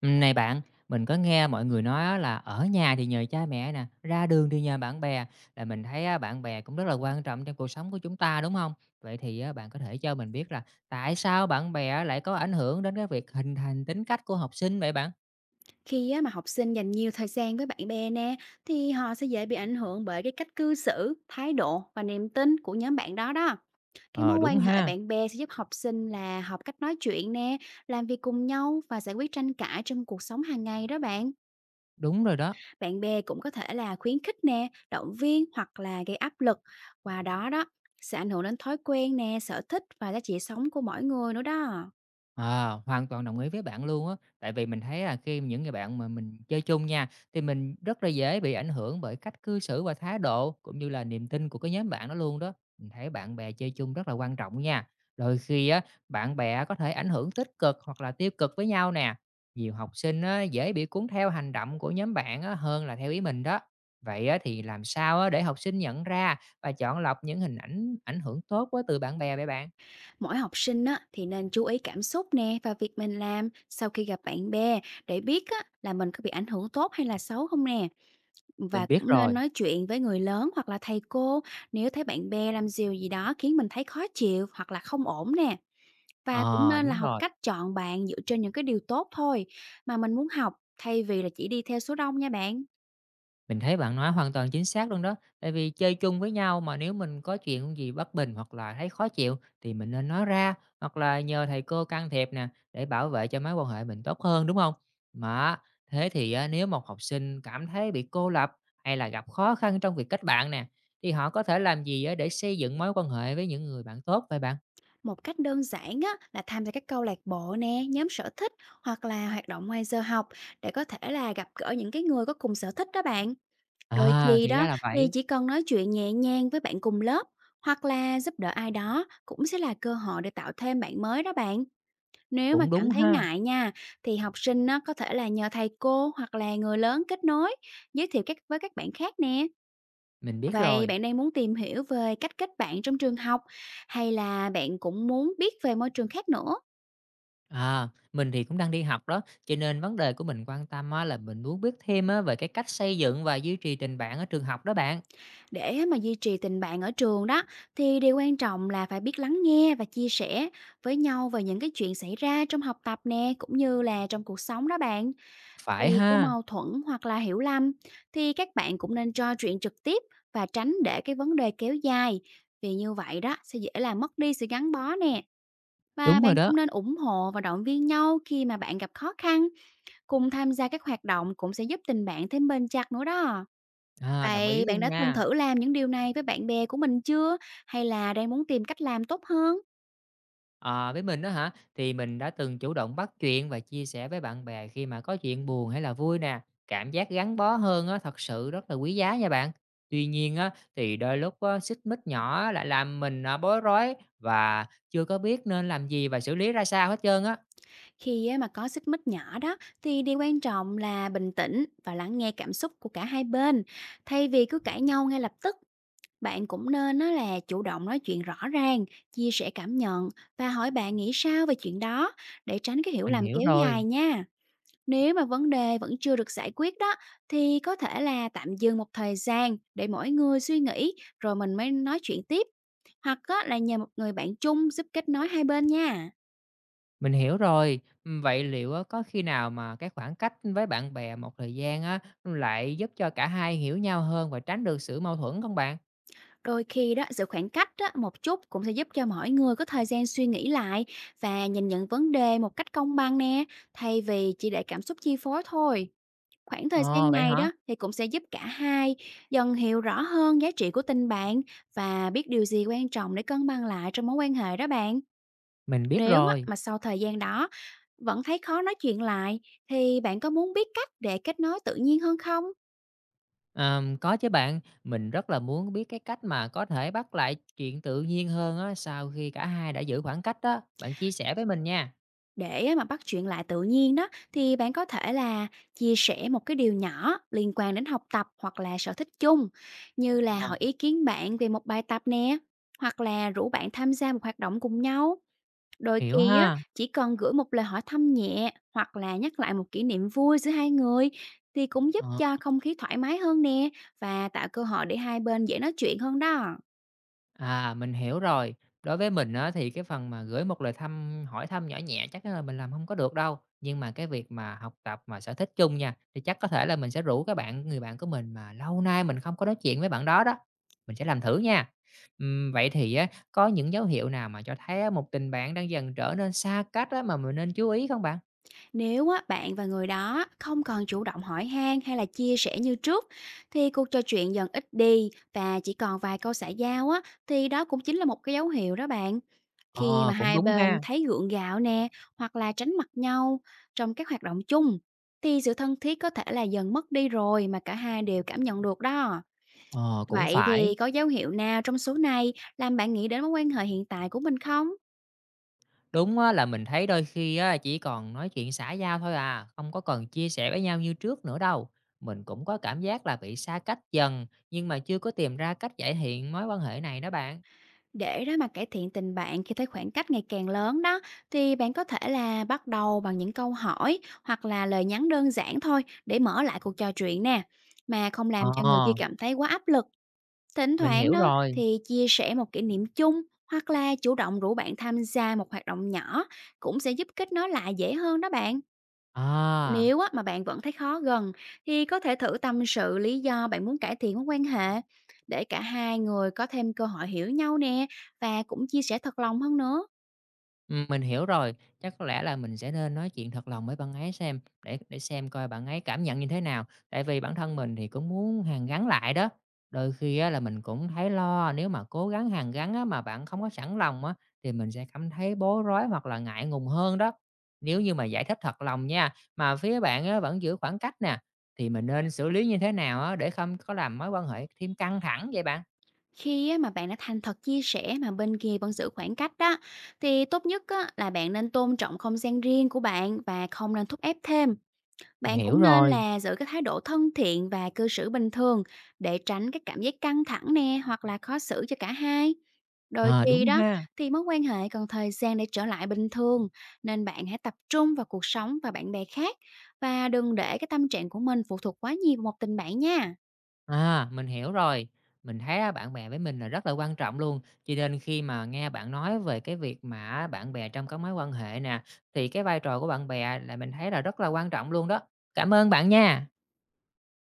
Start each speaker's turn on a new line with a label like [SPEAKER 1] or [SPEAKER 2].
[SPEAKER 1] Này bạn, mình có nghe mọi người nói á là ở nhà thì nhờ cha mẹ nè, ra đường thì nhờ bạn bè, là mình thấy á, bạn bè cũng rất là quan trọng trong cuộc sống của chúng ta đúng không? Vậy thì á, bạn có thể cho mình biết là tại sao bạn bè lại có ảnh hưởng đến cái việc hình thành tính cách của học sinh vậy bạn?
[SPEAKER 2] Khi á, mà học sinh dành nhiều thời gian với bạn bè nè, thì họ sẽ dễ bị ảnh hưởng bởi cái cách cư xử, thái độ và niềm tin của nhóm bạn đó đó. Cái mối
[SPEAKER 1] Ờ đúng
[SPEAKER 2] quan hệ
[SPEAKER 1] ha,
[SPEAKER 2] bạn bè sẽ giúp học sinh là học cách nói chuyện nè, làm việc cùng nhau và giải quyết tranh cãi trong cuộc sống hàng ngày đó bạn.
[SPEAKER 1] đúng rồi đó.
[SPEAKER 2] Bạn bè cũng có thể là khuyến khích nè, động viên hoặc là gây áp lực. Qua đó đó, sẽ ảnh hưởng đến thói quen nè, sở thích và giá trị sống của mỗi người nữa đó.
[SPEAKER 1] Ờ, hoàn toàn đồng ý với bạn luôn á. Tại vì mình thấy là khi những người bạn mà mình chơi chung nha, thì mình rất là dễ bị ảnh hưởng bởi cách cư xử và thái độ, cũng như là niềm tin của cái nhóm bạn đó luôn đó. Mình thấy bạn bè chơi chung rất là quan trọng nha. Đôi khi á, bạn bè có thể ảnh hưởng tích cực hoặc là tiêu cực với nhau nè. Nhiều học sinh á, dễ bị cuốn theo hành động của nhóm bạn á, hơn là theo ý mình đó. Vậy á, thì làm sao á, để học sinh nhận ra và chọn lọc những hình ảnh ảnh hưởng tốt á, từ bạn bè vậy bạn?
[SPEAKER 2] Mỗi học sinh á, thì nên chú ý cảm xúc nè và việc mình làm sau khi gặp bạn bè để biết á, là mình có bị ảnh hưởng tốt hay là xấu không nè. Và
[SPEAKER 1] Mình biết
[SPEAKER 2] cũng nên
[SPEAKER 1] rồi.
[SPEAKER 2] nói chuyện với người lớn hoặc là thầy cô nếu thấy bạn bè làm điều gì đó khiến mình thấy khó chịu hoặc là không ổn nè. Và cũng
[SPEAKER 1] Ờ,
[SPEAKER 2] nên là
[SPEAKER 1] đúng
[SPEAKER 2] học
[SPEAKER 1] rồi.
[SPEAKER 2] cách chọn bạn dựa trên những cái điều tốt thôi mà mình muốn học thay vì là chỉ đi theo số đông nha bạn.
[SPEAKER 1] Mình thấy bạn nói hoàn toàn chính xác luôn đó, tại vì chơi chung với nhau mà nếu mình có chuyện gì bất bình hoặc là thấy khó chịu thì mình nên nói ra, hoặc là nhờ thầy cô can thiệp nè, để bảo vệ cho mối quan hệ mình tốt hơn, đúng không? Mà thế thì á, nếu một học sinh cảm thấy bị cô lập hay là gặp khó khăn trong việc kết bạn nè, thì họ có thể làm gì á, để xây dựng mối quan hệ với những người bạn tốt vậy bạn?
[SPEAKER 2] Một cách đơn giản á, là tham gia các câu lạc bộ nè, nhóm sở thích hoặc là hoạt động ngoài giờ học để có thể là gặp gỡ những cái người có cùng sở thích đó bạn. Đôi
[SPEAKER 1] À,
[SPEAKER 2] khi
[SPEAKER 1] thì ra
[SPEAKER 2] đó
[SPEAKER 1] là
[SPEAKER 2] thì
[SPEAKER 1] vậy,
[SPEAKER 2] chỉ cần nói chuyện nhẹ nhàng với bạn cùng lớp hoặc là giúp đỡ ai đó cũng sẽ là cơ hội để tạo thêm bạn mới đó bạn. Nếu mà
[SPEAKER 1] cũng đúng
[SPEAKER 2] cảm thấy
[SPEAKER 1] ha,
[SPEAKER 2] ngại nha thì học sinh á, có thể là nhờ thầy cô hoặc là người lớn kết nối, giới thiệu các với các bạn khác nè.
[SPEAKER 1] mình biết
[SPEAKER 2] Vậy
[SPEAKER 1] rồi.
[SPEAKER 2] bạn đang muốn tìm hiểu về cách kết bạn trong trường học hay là bạn cũng muốn biết về môi trường khác nữa?
[SPEAKER 1] À, mình thì cũng đang đi học đó, cho nên vấn đề của mình quan tâm á, là mình muốn biết thêm á, về cái cách xây dựng và duy trì tình bạn ở trường học đó bạn.
[SPEAKER 2] Để mà duy trì tình bạn ở trường đó thì điều quan trọng là phải biết lắng nghe và chia sẻ với nhau về những cái chuyện xảy ra trong học tập nè cũng như là trong cuộc sống đó bạn.
[SPEAKER 1] Phải
[SPEAKER 2] Khi có
[SPEAKER 1] ha,
[SPEAKER 2] mâu thuẫn hoặc là hiểu lầm thì các bạn cũng nên trò chuyện trực tiếp và tránh để cái vấn đề kéo dài, vì như vậy đó sẽ dễ làm mất đi sự gắn bó nè. Và
[SPEAKER 1] đúng rồi
[SPEAKER 2] bạn
[SPEAKER 1] đó.
[SPEAKER 2] cũng nên ủng hộ và động viên nhau khi mà bạn gặp khó khăn. Cùng tham gia các hoạt động cũng sẽ giúp tình bạn thêm bền chặt nữa đó.
[SPEAKER 1] À, đồng ý
[SPEAKER 2] Vậy bạn
[SPEAKER 1] luôn
[SPEAKER 2] đã từng
[SPEAKER 1] nha.
[SPEAKER 2] thử làm những điều này với bạn bè của mình chưa? Hay là đang muốn tìm cách làm tốt hơn?
[SPEAKER 1] À, với mình đó hả, thì mình đã từng chủ động bắt chuyện và chia sẻ với bạn bè khi mà có chuyện buồn hay là vui nè. Cảm giác gắn bó hơn á, thật sự rất là quý giá nha bạn. Tuy nhiên á, thì đôi lúc á, xích mích nhỏ á, lại làm mình à, bối rối và chưa có biết nên làm gì và xử lý ra sao hết trơn á.
[SPEAKER 2] Khi á, mà có xích mích nhỏ đó thì điều quan trọng là bình tĩnh và lắng nghe cảm xúc của cả hai bên. Thay vì cứ cãi nhau ngay lập tức, bạn cũng nên á là chủ động nói chuyện rõ ràng, chia sẻ cảm nhận và hỏi bạn nghĩ sao về chuyện đó để tránh cái hiểu
[SPEAKER 1] Mình
[SPEAKER 2] lầm
[SPEAKER 1] hiểu
[SPEAKER 2] kéo dài
[SPEAKER 1] rồi.
[SPEAKER 2] nha. Nếu mà vấn đề vẫn chưa được giải quyết đó thì có thể là tạm dừng một thời gian để mỗi người suy nghĩ rồi mình mới nói chuyện tiếp. Hoặc á, là nhờ một người bạn chung giúp kết nối hai bên nha.
[SPEAKER 1] Mình hiểu rồi. Vậy liệu á, có khi nào mà cái khoảng cách với bạn bè một thời gian á, lại giúp cho cả hai hiểu nhau hơn và tránh được sự mâu thuẫn không bạn?
[SPEAKER 2] Đôi khi đó sự khoảng cách đó, một chút cũng sẽ giúp cho mỗi người có thời gian suy nghĩ lại và nhìn nhận vấn đề một cách công bằng nè, thay vì chỉ để cảm xúc chi phối thôi. Khoảng thời
[SPEAKER 1] Ồ,
[SPEAKER 2] gian
[SPEAKER 1] vậy
[SPEAKER 2] này
[SPEAKER 1] hả?
[SPEAKER 2] đó thì cũng sẽ giúp cả hai dần hiểu rõ hơn giá trị của tình bạn và biết điều gì quan trọng để cân bằng lại trong mối quan hệ đó bạn.
[SPEAKER 1] Mình biết
[SPEAKER 2] Nếu á
[SPEAKER 1] rồi.
[SPEAKER 2] mà sau thời gian đó vẫn thấy khó nói chuyện lại thì bạn có muốn biết cách để kết nối tự nhiên hơn không?
[SPEAKER 1] Có chứ bạn, mình rất là muốn biết cái cách mà có thể bắt lại chuyện tự nhiên hơn á, sau khi cả hai đã giữ khoảng cách đó. Bạn chia sẻ với mình nha.
[SPEAKER 2] Để á mà bắt chuyện lại tự nhiên đó thì bạn có thể là chia sẻ một cái điều nhỏ liên quan đến học tập hoặc là sở thích chung, như là
[SPEAKER 1] Ờ,
[SPEAKER 2] hỏi ý kiến bạn về một bài tập nè hoặc là rủ bạn tham gia một hoạt động cùng nhau. Đôi
[SPEAKER 1] hiểu
[SPEAKER 2] khi á,
[SPEAKER 1] ha.
[SPEAKER 2] chỉ cần gửi một lời hỏi thăm nhẹ hoặc là nhắc lại một kỷ niệm vui giữa hai người thì cũng giúp
[SPEAKER 1] Ờ.
[SPEAKER 2] cho không khí thoải mái hơn nè và tạo cơ hội để hai bên dễ nói chuyện hơn đó.
[SPEAKER 1] À, mình hiểu rồi. Đối với mình á, thì cái phần mà gửi một lời thăm hỏi thăm nhỏ nhẹ chắc là mình làm không có được đâu. Nhưng mà cái việc mà học tập mà sở thích chung nha, thì chắc có thể là mình sẽ rủ các bạn người bạn của mình mà lâu nay mình không có nói chuyện với bạn đó đó, mình sẽ làm thử nha. Vậy thì á, có những dấu hiệu nào mà cho thấy á, một tình bạn đang dần trở nên xa cách á, mà mình nên chú ý không bạn?
[SPEAKER 2] Nếu á, bạn và người đó không còn chủ động hỏi han hay là chia sẻ như trước, thì cuộc trò chuyện dần ít đi và chỉ còn vài câu xã giao á, thì đó cũng chính là một cái dấu hiệu đó bạn. Khi
[SPEAKER 1] Ờ,
[SPEAKER 2] mà
[SPEAKER 1] cũng
[SPEAKER 2] hai
[SPEAKER 1] đúng
[SPEAKER 2] bên
[SPEAKER 1] ha.
[SPEAKER 2] thấy gượng gạo nè, hoặc là tránh mặt nhau trong các hoạt động chung, thì sự thân thiết có thể là dần mất đi rồi mà cả hai đều cảm nhận được đó.
[SPEAKER 1] Ờ, cũng
[SPEAKER 2] Vậy
[SPEAKER 1] phải.
[SPEAKER 2] thì có dấu hiệu nào trong số này làm bạn nghĩ đến mối quan hệ hiện tại của mình không?
[SPEAKER 1] Đúng á, là mình thấy đôi khi á, chỉ còn nói chuyện xã giao thôi à, không có cần chia sẻ với nhau như trước nữa đâu. Mình cũng có cảm giác là bị xa cách dần, nhưng mà chưa có tìm ra cách cải thiện mối quan hệ này đó bạn.
[SPEAKER 2] Để đó mà cải thiện tình bạn khi thấy khoảng cách ngày càng lớn đó, thì bạn có thể là bắt đầu bằng những câu hỏi hoặc là lời nhắn đơn giản thôi để mở lại cuộc trò chuyện nè, mà không làm cho người
[SPEAKER 1] Ờ,
[SPEAKER 2] kia cảm thấy quá áp lực. Thỉnh
[SPEAKER 1] mình
[SPEAKER 2] thoảng
[SPEAKER 1] hiểu
[SPEAKER 2] đó
[SPEAKER 1] rồi.
[SPEAKER 2] thì chia sẻ một kỷ niệm chung hoặc là chủ động rủ bạn tham gia một hoạt động nhỏ cũng sẽ giúp kết nối lại dễ hơn đó bạn.
[SPEAKER 1] À.
[SPEAKER 2] Nếu á, mà bạn vẫn thấy khó gần thì có thể thử tâm sự lý do bạn muốn cải thiện mối quan hệ để cả hai người có thêm cơ hội hiểu nhau nè và cũng chia sẻ thật lòng hơn nữa.
[SPEAKER 1] Mình hiểu rồi, chắc có lẽ là mình sẽ nên nói chuyện thật lòng với bạn ấy xem, để xem coi bạn ấy cảm nhận như thế nào. Tại vì bản thân mình thì cũng muốn hàn gắn lại đó, đôi khi á là mình cũng thấy lo nếu mà cố gắng hàn gắn á, mà bạn không có sẵn lòng á, thì mình sẽ cảm thấy bối rối hoặc là ngại ngùng hơn đó. Nếu như mà giải thích thật lòng nha, mà phía bạn á vẫn giữ khoảng cách nè, thì mình nên xử lý như thế nào á, để không có làm mối quan hệ thêm căng thẳng vậy bạn?
[SPEAKER 2] Khi á, mà bạn đã thành thật chia sẻ mà bên kia vẫn giữ khoảng cách đó thì tốt nhất á, là bạn nên tôn trọng không gian riêng của bạn và không nên thúc ép thêm.
[SPEAKER 1] Mình
[SPEAKER 2] Bạn
[SPEAKER 1] hiểu
[SPEAKER 2] cũng nên
[SPEAKER 1] rồi,
[SPEAKER 2] là giữ cái thái độ thân thiện và cư xử bình thường để tránh cái cảm giác căng thẳng nè hoặc là khó xử cho cả hai. Đôi
[SPEAKER 1] à
[SPEAKER 2] khi
[SPEAKER 1] đúng
[SPEAKER 2] đó
[SPEAKER 1] ha.
[SPEAKER 2] thì mối quan hệ cần thời gian để trở lại bình thường, nên bạn hãy tập trung vào cuộc sống và bạn bè khác và đừng để cái tâm trạng của mình phụ thuộc quá nhiều vào một tình bạn nha.
[SPEAKER 1] À, mình hiểu rồi. Mình thấy á, bạn bè với mình là rất là quan trọng luôn. Cho nên khi mà nghe bạn nói về cái việc mà bạn bè trong các mối quan hệ nè, thì cái vai trò của bạn bè là mình thấy là rất là quan trọng luôn đó. Cảm ơn bạn nha.